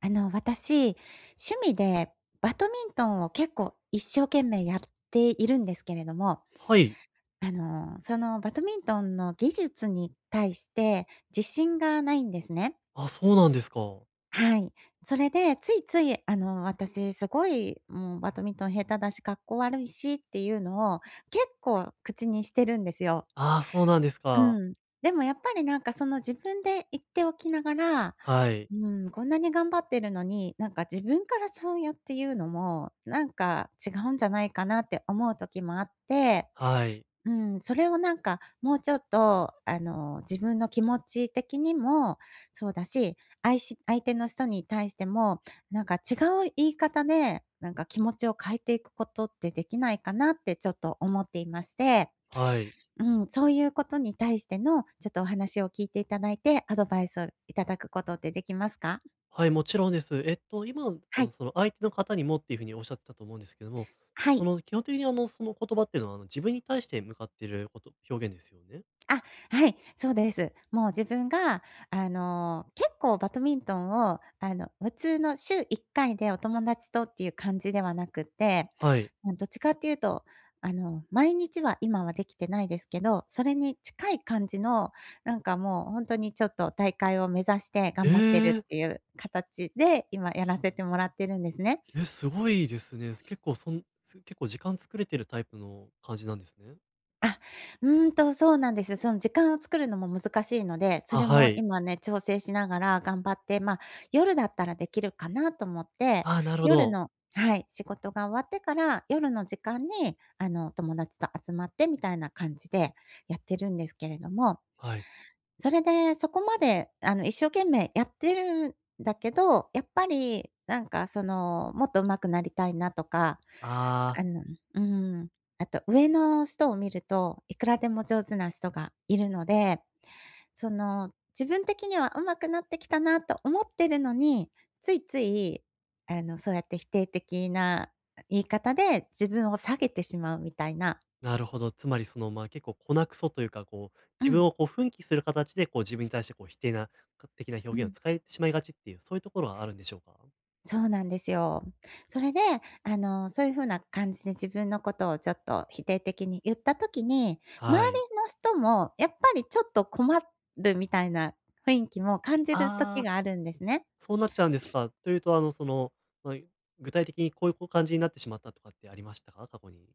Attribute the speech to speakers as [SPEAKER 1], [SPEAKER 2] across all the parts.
[SPEAKER 1] 私、趣味でバドミントンを結構一生懸命やっているんですけれども、
[SPEAKER 2] はい。
[SPEAKER 1] そのバドミントンの技術に対して自信がないんですね。
[SPEAKER 2] あ、そうなんですか。
[SPEAKER 1] はい。それで、ついつい、私、すごい、もう、バドミントン下手だし、かっこ悪いしっていうのを、結構、口にしてるんですよ。
[SPEAKER 2] ああ、そうなんです
[SPEAKER 1] う
[SPEAKER 2] か。
[SPEAKER 1] ん。でも、やっぱりなんか、その自分で言っておきながら、
[SPEAKER 2] はい。
[SPEAKER 1] うん、こんなに頑張ってるのに、なんか自分からそうやって言うのも、なんか違うんじゃないかなって思う時もあって、
[SPEAKER 2] はい。
[SPEAKER 1] うん、それをなんかもうちょっと、自分の気持ち的にもそうだし、あいし相手の人に対しても、なんか違う言い方で、なんか気持ちを変えていくことってできないかなってちょっと思っていまして、
[SPEAKER 2] はい。
[SPEAKER 1] うん、そういうことに対してのちょっとお話を聞いていただいて、アドバイスをいただくことってできますか？
[SPEAKER 2] はい、もちろんです。今、
[SPEAKER 1] はい。
[SPEAKER 2] 相手の方にもっていう風におっしゃってたと思うんですけども、
[SPEAKER 1] は
[SPEAKER 2] そ
[SPEAKER 1] い。
[SPEAKER 2] の、基本的に、その言葉っていうのは、自分に対して向かっていること表現ですよね？
[SPEAKER 1] あ、はい、そうです。もう自分が、結構バドミントンを、普通の週1回でお友達とっていう感じではなくて、
[SPEAKER 2] はい。
[SPEAKER 1] ま、どっちかっていうと、毎日は今はできてないですけど、それに近い感じの、なんかもうほんとにちょっと大会を目指して
[SPEAKER 2] え
[SPEAKER 1] 頑張ってる
[SPEAKER 2] え、
[SPEAKER 1] っていう形で、今やらせてもらってるんですね。
[SPEAKER 2] え、すごいですね。結構、そんす結構時間作れてるタイプの感じなんですね。
[SPEAKER 1] そうなんです。その時間を作るのも難しいので、そ
[SPEAKER 2] あ、
[SPEAKER 1] れ
[SPEAKER 2] は
[SPEAKER 1] も
[SPEAKER 2] い。
[SPEAKER 1] 今ね、調整しながら頑張って、まあ、夜だったらできるかなと思って、
[SPEAKER 2] ああ、なるほ
[SPEAKER 1] 夜
[SPEAKER 2] ど。
[SPEAKER 1] の、はい、仕事が終わってから、夜の時間に、友達と集まってみたいな感じでやってるんですけれども、
[SPEAKER 2] はい。
[SPEAKER 1] それで、そこまで、一生懸命やってるんだけど、やっぱり、なんか、その、もっと上手くなりたいなとか、
[SPEAKER 2] ああ。
[SPEAKER 1] あのうん、あと上の人を見ると、いくらでも上手な人がいるので、その、自分的には上手くなってきたなと思ってるのに、ついつい、そうやって否定的な言い方で自分を下げてしまうみたいな。
[SPEAKER 2] なるほど。つまりその、ま、あ結構粉くそというか、こう、
[SPEAKER 1] う
[SPEAKER 2] 自分
[SPEAKER 1] ん、
[SPEAKER 2] をこう奮起する形で、こう自分に対してこう否定なか的な
[SPEAKER 1] う
[SPEAKER 2] 表現を
[SPEAKER 1] ん。
[SPEAKER 2] 使えてしまいがちっていう、そういうところはあるんでしょうか？
[SPEAKER 1] そうなんですよ。それで、そういう風な感じで自分のことをちょっと否定的に言った時に、
[SPEAKER 2] は
[SPEAKER 1] 周
[SPEAKER 2] い。
[SPEAKER 1] りの人もやっぱりちょっと困るみたいな雰囲気も感じる
[SPEAKER 2] あ
[SPEAKER 1] 時
[SPEAKER 2] あ、
[SPEAKER 1] があるんですね。
[SPEAKER 2] そうなっちゃうんですか。というと、まあ、具体的にこういう感じになってしまったとかってありましたか？過去に。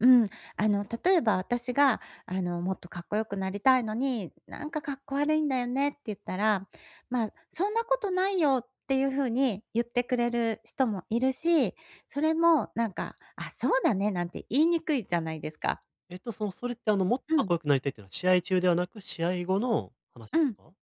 [SPEAKER 1] うん。例えば私が、もっとかっこよくなりたいのに、なんかかっこ悪いんだよねって言ったら、まあ、そんなことないよっていう風に言ってくれる人もいるし、それもなんか、あ、そうだねなんて言いにくいじゃないですか。
[SPEAKER 2] それってもっと
[SPEAKER 1] う
[SPEAKER 2] かっ
[SPEAKER 1] ん。
[SPEAKER 2] こよくなりたいっていうのは、試合中ではなく、試合後の話
[SPEAKER 1] う
[SPEAKER 2] です
[SPEAKER 1] ん。
[SPEAKER 2] か？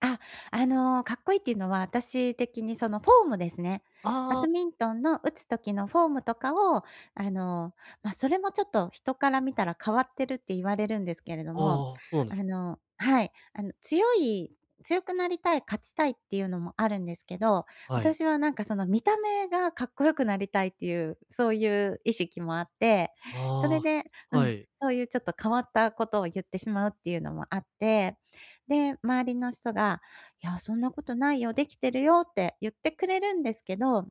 [SPEAKER 1] あ、かっこいいっていうのは、私的にそのフォームですね。バ
[SPEAKER 2] ああ
[SPEAKER 1] ド
[SPEAKER 2] ー、
[SPEAKER 1] ミントンの打つ時のフォームとかを、あの、まあ、それもちょっと人から見たら変わってるって言われるんですけれども、
[SPEAKER 2] ああ、そうなんで
[SPEAKER 1] あ
[SPEAKER 2] すか。
[SPEAKER 1] のーはい、強くなりたい、勝ちたいっていうのもあるんですけど、
[SPEAKER 2] はい。
[SPEAKER 1] 私はなんかその見た目がかっこよくなりたいっていう、そういう意識もあって、それ
[SPEAKER 2] あ
[SPEAKER 1] で、
[SPEAKER 2] あ、
[SPEAKER 1] う
[SPEAKER 2] は
[SPEAKER 1] ん、
[SPEAKER 2] い。
[SPEAKER 1] そういうちょっと変わったことを言ってしまうっていうのもあって、で、周りの人が、いや、そんなことないよ、できてるよって言ってくれるんですけど、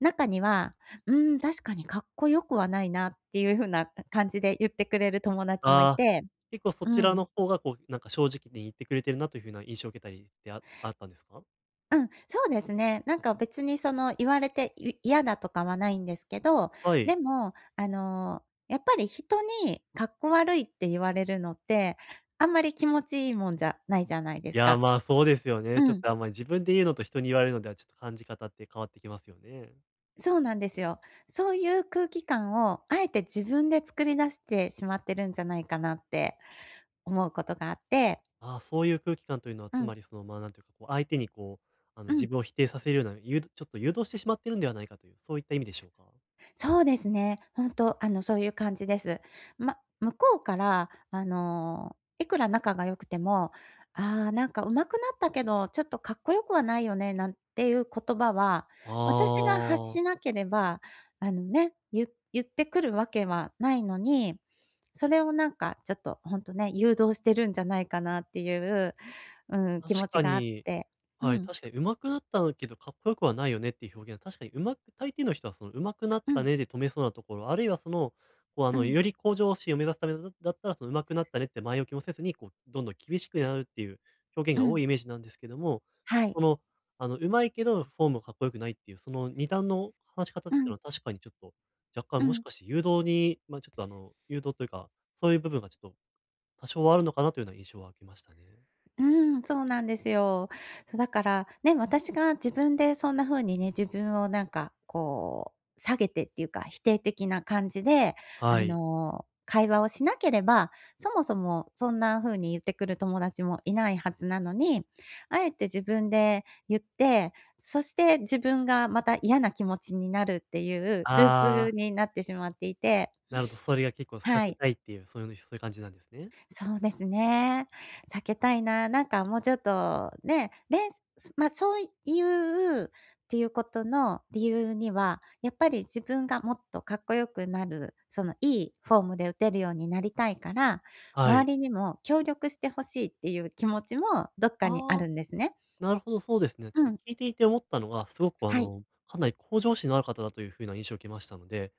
[SPEAKER 1] 中には、うん、確かにかっこよくはないなっていう風な感じで言ってくれる友達もい
[SPEAKER 2] ああ。
[SPEAKER 1] て、
[SPEAKER 2] 結構そ
[SPEAKER 1] う
[SPEAKER 2] ちら
[SPEAKER 1] ん。
[SPEAKER 2] の方が、こう、なんか正直に言ってくれてるなという風な印象を受けたりってあったんですか？
[SPEAKER 1] うん、そうですね。なんか別にその言われて嫌だとかはないんですけど、
[SPEAKER 2] は
[SPEAKER 1] で
[SPEAKER 2] い。
[SPEAKER 1] も、やっぱり人にかっこ悪いって言われるのって、あんまり気持ちいいもんじゃないじゃないで
[SPEAKER 2] い
[SPEAKER 1] す
[SPEAKER 2] や、
[SPEAKER 1] か。
[SPEAKER 2] まあ、そうですよね。ち
[SPEAKER 1] う
[SPEAKER 2] ょっ
[SPEAKER 1] ん。
[SPEAKER 2] と、あんまり自分で言うのと人に言われるのでは、ちょっと感じ方って変わってきますよね。
[SPEAKER 1] そうなんですよ。そういう空気感をあえて自分で作り出してしまってるんじゃないかなって思うことがあって。
[SPEAKER 2] ああ、そういう空気感というのは、
[SPEAKER 1] う
[SPEAKER 2] つ
[SPEAKER 1] ん、
[SPEAKER 2] まり、その、まあ、なんていうか、こう、相手に、こう、
[SPEAKER 1] う
[SPEAKER 2] 自
[SPEAKER 1] ん。
[SPEAKER 2] 分を否定させるような、誘導してしまってるんではないかという、そういった意味でしょうか？
[SPEAKER 1] そうですね。本当、そういう感じです。ま、向こうから、いくら仲が良くても、「ああ、なんか上手くなったけど、ちょっとかっこよくはないよね」なんていう言葉は、私が発
[SPEAKER 2] ああ、
[SPEAKER 1] しなければ、言ってくるわけはないのに、それをなんかちょっとほんとね、誘導してるんじゃないかなっていう、うん、気
[SPEAKER 2] 確
[SPEAKER 1] 持ち
[SPEAKER 2] か
[SPEAKER 1] があっ
[SPEAKER 2] に。
[SPEAKER 1] て。う
[SPEAKER 2] はい、
[SPEAKER 1] ん、
[SPEAKER 2] 確かに上手くなったけどかっこよくはないよねっていう表現は確かに上手く大抵の人はその上手くなっ
[SPEAKER 1] う
[SPEAKER 2] た
[SPEAKER 1] ん、
[SPEAKER 2] ねで止めそうなところ、あるいはその、
[SPEAKER 1] うん、
[SPEAKER 2] より向上心を目指すためだったらその上手くなったねって前置きもせずに、こうどんどん厳しくなるっていう表現
[SPEAKER 1] う
[SPEAKER 2] が多
[SPEAKER 1] ん。
[SPEAKER 2] いイメージなんですけども、
[SPEAKER 1] は
[SPEAKER 2] こ
[SPEAKER 1] い。
[SPEAKER 2] の、上手いけどフォームがかっこよくないっていう、その二段の話し方っ
[SPEAKER 1] う
[SPEAKER 2] ていうの
[SPEAKER 1] ん、
[SPEAKER 2] は確かにちょっと若
[SPEAKER 1] う
[SPEAKER 2] 干もし
[SPEAKER 1] ん。
[SPEAKER 2] かして誘導に、ま、ちょっと誘導というか、そういう部分がちょっと多少はあるのかなというような印象は受けましたね。
[SPEAKER 1] うん、そうなんですよ。そうだから、ね、私が自分でそんな風にね、自分をなんかこう、下げてっていうか、否定的な感じで、
[SPEAKER 2] はい。
[SPEAKER 1] 会話をしなければ、そもそもそんな風に言ってくる友達もいないはずなのに、あえて自分で言って、そして自分がまた嫌な気持ちになるっていうルー
[SPEAKER 2] あ
[SPEAKER 1] プ
[SPEAKER 2] あ。
[SPEAKER 1] になってしまっていて、
[SPEAKER 2] なるほど、それが結構避
[SPEAKER 1] は
[SPEAKER 2] け
[SPEAKER 1] い。
[SPEAKER 2] たいっていう、そういうのそういう感じなんですね。
[SPEAKER 1] そうですね。避けたいな。なんかもうちょっとね、まあ、そういうっていうことの理由には、やっぱり自分がもっとかっこよくなる、そのいいフォームで打てるようになりたいから、
[SPEAKER 2] はい。
[SPEAKER 1] 周りにも協力してほしいっていう気持ちもどっかにあ
[SPEAKER 2] ああ、
[SPEAKER 1] るんですね。
[SPEAKER 2] なるほど、そうですね。ち
[SPEAKER 1] う
[SPEAKER 2] ょっと
[SPEAKER 1] ん。
[SPEAKER 2] 聞いていて思ったのが、すごく
[SPEAKER 1] はい。
[SPEAKER 2] かなり向上心のある方だという風な印象を受けましたので、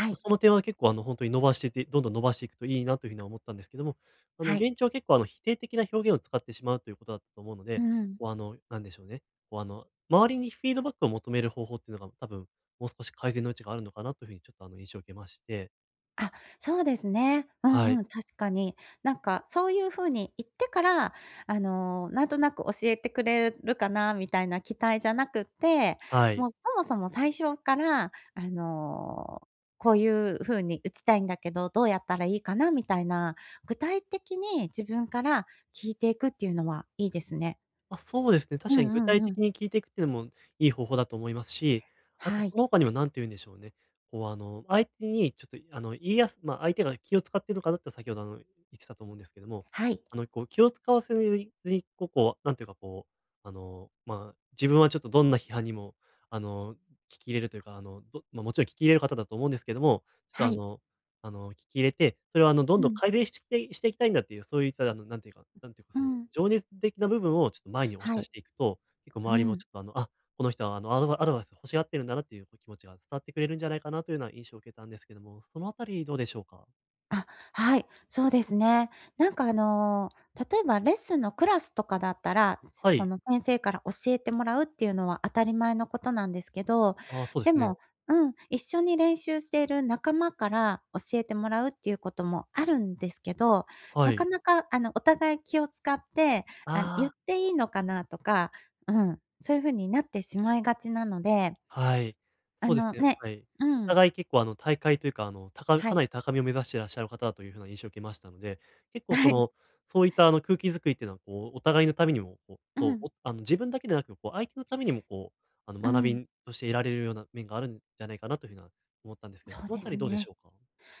[SPEAKER 2] ちょっと
[SPEAKER 1] い。
[SPEAKER 2] その点は結構本当に伸ばしていってどんどん伸ばしていくといいなという風には思ったんですけども、
[SPEAKER 1] はい。
[SPEAKER 2] 現状は結構否定的な表現を使ってしまうということだったと思うの
[SPEAKER 1] う
[SPEAKER 2] で、
[SPEAKER 1] ん。
[SPEAKER 2] こうあの、なんでしょうね、こうあの、周りにフィードバックを求める方法っていうのが多分、もう少し改善の余地があるのかなという風にちょっと印象を受けまして。
[SPEAKER 1] あ、そうですね。う
[SPEAKER 2] は
[SPEAKER 1] ん
[SPEAKER 2] い。
[SPEAKER 1] うん、確かに。なんかそういう風に言ってから、なんとなく教えてくれるかなみたいな期待じゃなくって、
[SPEAKER 2] はい。
[SPEAKER 1] もうそもそも最初から、こういう風に打ちたいんだけど、どうやったらいいかなみたいな、具体的に自分から聞いていくっていうのはいいですね。
[SPEAKER 2] あ、そうですね。確
[SPEAKER 1] う
[SPEAKER 2] かに具
[SPEAKER 1] んうん
[SPEAKER 2] 体
[SPEAKER 1] う
[SPEAKER 2] 的
[SPEAKER 1] ん。
[SPEAKER 2] に聞いていくっていうのもいい方法だと思いますし、あと
[SPEAKER 1] は
[SPEAKER 2] そ
[SPEAKER 1] い、
[SPEAKER 2] の他にも何て言うんでしょうね。こう、相手にちょっと、あの、言いやすまあ、相手が気を使っているのかなって先ほど、言ってたと思うんですけども、
[SPEAKER 1] はい、
[SPEAKER 2] こう、気を使わせずに、なんていうか、こう、まあ、自分はちょっとどんな批判にも、聞き入れるというか、まあ、もちろん聞き入れる方だと思うんですけども、ちょっと、
[SPEAKER 1] はい。
[SPEAKER 2] 聞き入れて、それをどんど
[SPEAKER 1] う
[SPEAKER 2] ん
[SPEAKER 1] ん、
[SPEAKER 2] 改善していきたいんだっていう、そういったあの、なんていうかなんていうか、
[SPEAKER 1] う
[SPEAKER 2] その、
[SPEAKER 1] ん、
[SPEAKER 2] 情熱的な部分をちょっと前に押し
[SPEAKER 1] は
[SPEAKER 2] 出し
[SPEAKER 1] い、
[SPEAKER 2] ていくと、結構
[SPEAKER 1] う
[SPEAKER 2] 周りも
[SPEAKER 1] ん。
[SPEAKER 2] ちょっとあ、この人はアドバイス欲しがってるんだなっていうこう気持ちが伝わってくれるんじゃないかなというような印象を受けたんですけども、そのあたりどうでしょうか？
[SPEAKER 1] あ、はい、そうですね。なんか、例えばレッスンのクラスとかだったら、
[SPEAKER 2] は
[SPEAKER 1] そ
[SPEAKER 2] い。
[SPEAKER 1] の先生から教えてもらうっていうのは当たり前のことなんですけど、
[SPEAKER 2] ああ、そうで
[SPEAKER 1] で
[SPEAKER 2] すね。
[SPEAKER 1] も、うん、一緒に練習している仲間から教えてもらうっていうこともあるんですけど、
[SPEAKER 2] は
[SPEAKER 1] なか
[SPEAKER 2] い。
[SPEAKER 1] なか、お互い気を使って、あ、言
[SPEAKER 2] あ
[SPEAKER 1] っ
[SPEAKER 2] あ。
[SPEAKER 1] ていいのかなとか、うん、そういう風になってしまいがちなので、
[SPEAKER 2] はい。
[SPEAKER 1] あ
[SPEAKER 2] そうです
[SPEAKER 1] の
[SPEAKER 2] ね、
[SPEAKER 1] ね
[SPEAKER 2] はい。お
[SPEAKER 1] うん、
[SPEAKER 2] 互い結構あの大会というか、
[SPEAKER 1] は
[SPEAKER 2] かな
[SPEAKER 1] い、
[SPEAKER 2] り高みを目指していらっしゃる方だという風な印象を受けましたので、結構そ
[SPEAKER 1] はい、
[SPEAKER 2] の、そういった空気づくりっていうのは、こうお互いのためにも、
[SPEAKER 1] うん、
[SPEAKER 2] あの自分だけでなく、こう相手のためにもこう、あの
[SPEAKER 1] う
[SPEAKER 2] 学
[SPEAKER 1] ん、
[SPEAKER 2] びとして得られるような面があるんじゃないかなという風な思ったんですけど、そ
[SPEAKER 1] そう
[SPEAKER 2] のあ
[SPEAKER 1] で
[SPEAKER 2] た
[SPEAKER 1] す
[SPEAKER 2] りどうでし
[SPEAKER 1] ね。
[SPEAKER 2] ょうか？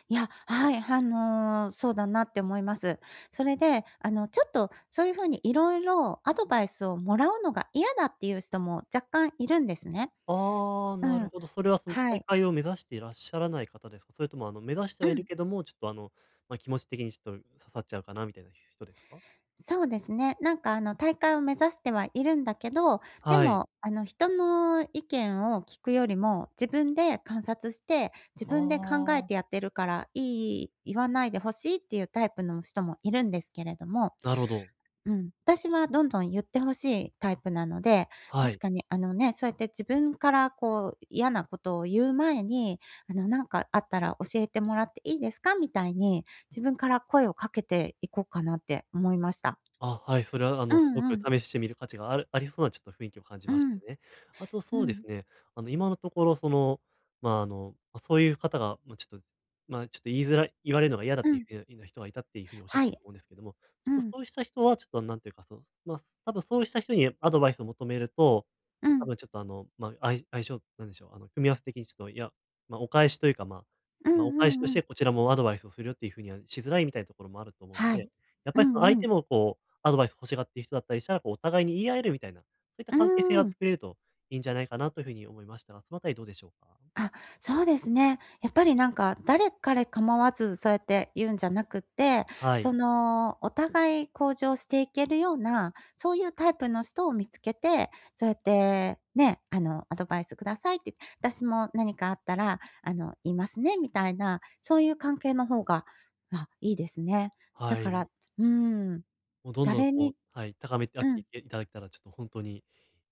[SPEAKER 1] いや、はい、そうだなって思います。それで、ちょっとそういう風にいろいろアドバイスをもらうのが嫌だっていう人も若干いるんですね。
[SPEAKER 2] ああ、
[SPEAKER 1] う
[SPEAKER 2] なる
[SPEAKER 1] ん、
[SPEAKER 2] ほど。それはその
[SPEAKER 1] は
[SPEAKER 2] 大
[SPEAKER 1] い。
[SPEAKER 2] 会を目指していらっしゃらない方ですか？それとも目指して
[SPEAKER 1] う
[SPEAKER 2] はいる
[SPEAKER 1] ん、
[SPEAKER 2] けども、ちょっとまあ、気持ち的にちょっと刺さっちゃうかなみたいな人ですか？
[SPEAKER 1] そうですね。なんか、大会を目指してはいるんだけど、で
[SPEAKER 2] はい。
[SPEAKER 1] も、人の意見を聞くよりも、自分で観察して、自
[SPEAKER 2] あ
[SPEAKER 1] 分で考えて
[SPEAKER 2] あ。
[SPEAKER 1] やってるから、言わないでほしいっていうタイプの人もいるんですけれども、
[SPEAKER 2] なるほど。
[SPEAKER 1] うん、私はどんどん言ってほしいタイプなので、
[SPEAKER 2] は
[SPEAKER 1] 確
[SPEAKER 2] い。
[SPEAKER 1] かに、そうやって自分からこう嫌なことを言う前に、なんかあったら教えてもらっていいですか？みたいに、自分から声をかけていこうかなって思いました。
[SPEAKER 2] あ、はい、それは
[SPEAKER 1] う
[SPEAKER 2] すごく
[SPEAKER 1] んうん。
[SPEAKER 2] 試してみる価値があるありそうなちょっと雰囲気を感じ
[SPEAKER 1] う
[SPEAKER 2] ました
[SPEAKER 1] ん。
[SPEAKER 2] ね。あと
[SPEAKER 1] う
[SPEAKER 2] そうです
[SPEAKER 1] ん。
[SPEAKER 2] ね、今のところその、そういう方が、まあ、ちょっと、まあ、ちょっと言いづらい言われるのが嫌だっ
[SPEAKER 1] う
[SPEAKER 2] てい
[SPEAKER 1] ん。
[SPEAKER 2] うふうな人がいたっていうふうにおっしゃっ
[SPEAKER 1] は
[SPEAKER 2] てた
[SPEAKER 1] い。
[SPEAKER 2] と思うんですけども、ち
[SPEAKER 1] う
[SPEAKER 2] ょっと
[SPEAKER 1] ん。
[SPEAKER 2] そうした人はちょっとなんていうか、そうまあ、多分そうした人にアドバイスを求めると、
[SPEAKER 1] う
[SPEAKER 2] 多
[SPEAKER 1] ん。
[SPEAKER 2] 分ちょっと相性なんでしょう、組み合わせ的にちょっと、いや、まあ、お返しというか、まあ
[SPEAKER 1] うん
[SPEAKER 2] まあ、お
[SPEAKER 1] う
[SPEAKER 2] 返しとし
[SPEAKER 1] んう
[SPEAKER 2] て
[SPEAKER 1] ん。
[SPEAKER 2] こちらもアドバイスをするよっていうふうにはしづらいみたいなところもあると思うの
[SPEAKER 1] は
[SPEAKER 2] で、
[SPEAKER 1] い。
[SPEAKER 2] やっ
[SPEAKER 1] う
[SPEAKER 2] ぱりその相
[SPEAKER 1] んう
[SPEAKER 2] 手
[SPEAKER 1] ん。
[SPEAKER 2] もこうアドバイス欲しがっている人だったりしたら、こうお互いに言い合えるみたいな、そういった
[SPEAKER 1] うー
[SPEAKER 2] 関係性が
[SPEAKER 1] ん。
[SPEAKER 2] 作れるといいんじゃないかなというふうに思いましたが、そのあたりどうでしょうか？
[SPEAKER 1] あ、そうですね。やっぱりなんか、誰彼構わずそうやって言うんじゃなくて、
[SPEAKER 2] は
[SPEAKER 1] そ
[SPEAKER 2] い。
[SPEAKER 1] の、お互い向上していけるような、そういうタイプの人を見つけて、そうやって、ね、アドバイスくださいって、私も何かあったら、言いますねみたいな、そういう関係の方が、まあ、いいですね。だ
[SPEAKER 2] はい、
[SPEAKER 1] か
[SPEAKER 2] もう
[SPEAKER 1] ら、うーん、
[SPEAKER 2] もうどんどん
[SPEAKER 1] 誰
[SPEAKER 2] こう
[SPEAKER 1] に、
[SPEAKER 2] はい、高めてあっ
[SPEAKER 1] う
[SPEAKER 2] て
[SPEAKER 1] ん、
[SPEAKER 2] いけいただけたら、ちょっと本当に、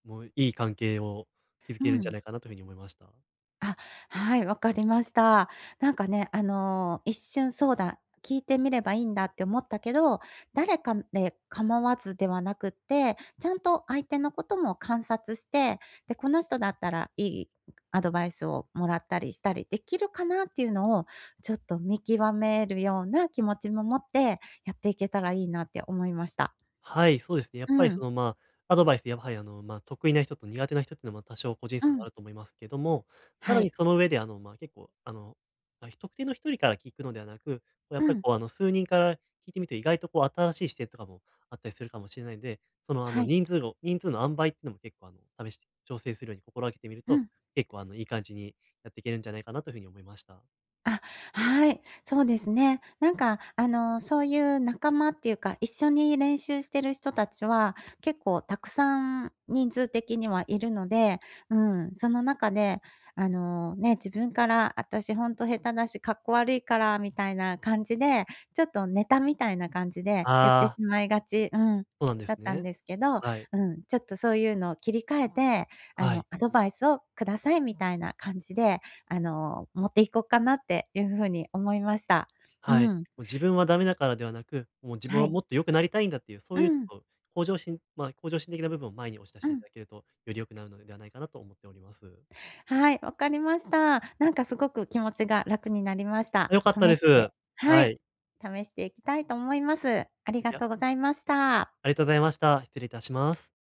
[SPEAKER 2] もういい関係を築
[SPEAKER 1] う
[SPEAKER 2] けるんじゃ
[SPEAKER 1] ん。
[SPEAKER 2] ないかなというふうに思いました。
[SPEAKER 1] あ、はい、わかりました。なんかね、一瞬そうだ、聞いてみればいいんだって思ったけど、誰かで構わずではなくって、ちゃんと相手のことも観察して、で、この人だったらいいアドバイスをもらったりしたりできるかなっていうのを、ちょっと見極めるような気持ちも持って、やっていけたらいいなって思いました。
[SPEAKER 2] はい、そうですね。やっ
[SPEAKER 1] う
[SPEAKER 2] ぱりそ
[SPEAKER 1] ん、
[SPEAKER 2] の、まあ、アドバイス、やはりまあ、得意な人と苦手な人っていうのは、ま、多少個人
[SPEAKER 1] う
[SPEAKER 2] 差があ
[SPEAKER 1] ん、
[SPEAKER 2] ると思いますけども、さ
[SPEAKER 1] は
[SPEAKER 2] らに
[SPEAKER 1] い、
[SPEAKER 2] その上でまあ、結構まあ、特定の一人から聞くのではなく、こうやっ
[SPEAKER 1] う
[SPEAKER 2] ぱり
[SPEAKER 1] ん、
[SPEAKER 2] こう、数人から聞いてみると意外とこう新しい視点とかもあったりするかもしれないんで、その、
[SPEAKER 1] はい、
[SPEAKER 2] 人数の塩梅っていうのも結構試して調整するように心がけてみる
[SPEAKER 1] う
[SPEAKER 2] と、
[SPEAKER 1] ん。
[SPEAKER 2] 結構いい感じにやっていけるんじゃないかなというふうに思いました。
[SPEAKER 1] あ、はい。そうですね。なんか、そういう仲間っていうか、一緒に練習してる人たちは、結構たくさん人数的にはいるので、うん、その中で、ね、自分から、私ほんと下手だし、かっこ悪いから、みたいな感じで、ちょっとネタみたいな感じで言って
[SPEAKER 2] ああ、
[SPEAKER 1] しまいがち、うん、
[SPEAKER 2] そうなんで
[SPEAKER 1] だ
[SPEAKER 2] す
[SPEAKER 1] ったん
[SPEAKER 2] ね。
[SPEAKER 1] ですけど、
[SPEAKER 2] はい。
[SPEAKER 1] うん、ちょっとそういうのを切り替えて、
[SPEAKER 2] はい。
[SPEAKER 1] アドバイスをくださいみたいな感じで、持っていこうかなっていう風に思いました。う
[SPEAKER 2] はい。
[SPEAKER 1] ん、
[SPEAKER 2] もう自分はダメだからではなく、もう自分
[SPEAKER 1] は
[SPEAKER 2] は
[SPEAKER 1] い。
[SPEAKER 2] もっと良くなりたいんだっていう、そ
[SPEAKER 1] う
[SPEAKER 2] ういうち
[SPEAKER 1] ん、
[SPEAKER 2] ょっと向上心的な部分を前に押し出し
[SPEAKER 1] う
[SPEAKER 2] てい
[SPEAKER 1] ん。
[SPEAKER 2] ただけると、より良くなるのではないかなと思っております。
[SPEAKER 1] はい、わかりました。なんかすごく気持ちが楽になりまし
[SPEAKER 2] あ、
[SPEAKER 1] た。
[SPEAKER 2] 良かった
[SPEAKER 1] 試
[SPEAKER 2] で
[SPEAKER 1] し
[SPEAKER 2] す。
[SPEAKER 1] ては
[SPEAKER 2] は
[SPEAKER 1] い、
[SPEAKER 2] い。
[SPEAKER 1] 試していきたいと思います。あり
[SPEAKER 2] い
[SPEAKER 1] が
[SPEAKER 2] や、
[SPEAKER 1] とうございました。
[SPEAKER 2] ありがとうございました。失礼いたします。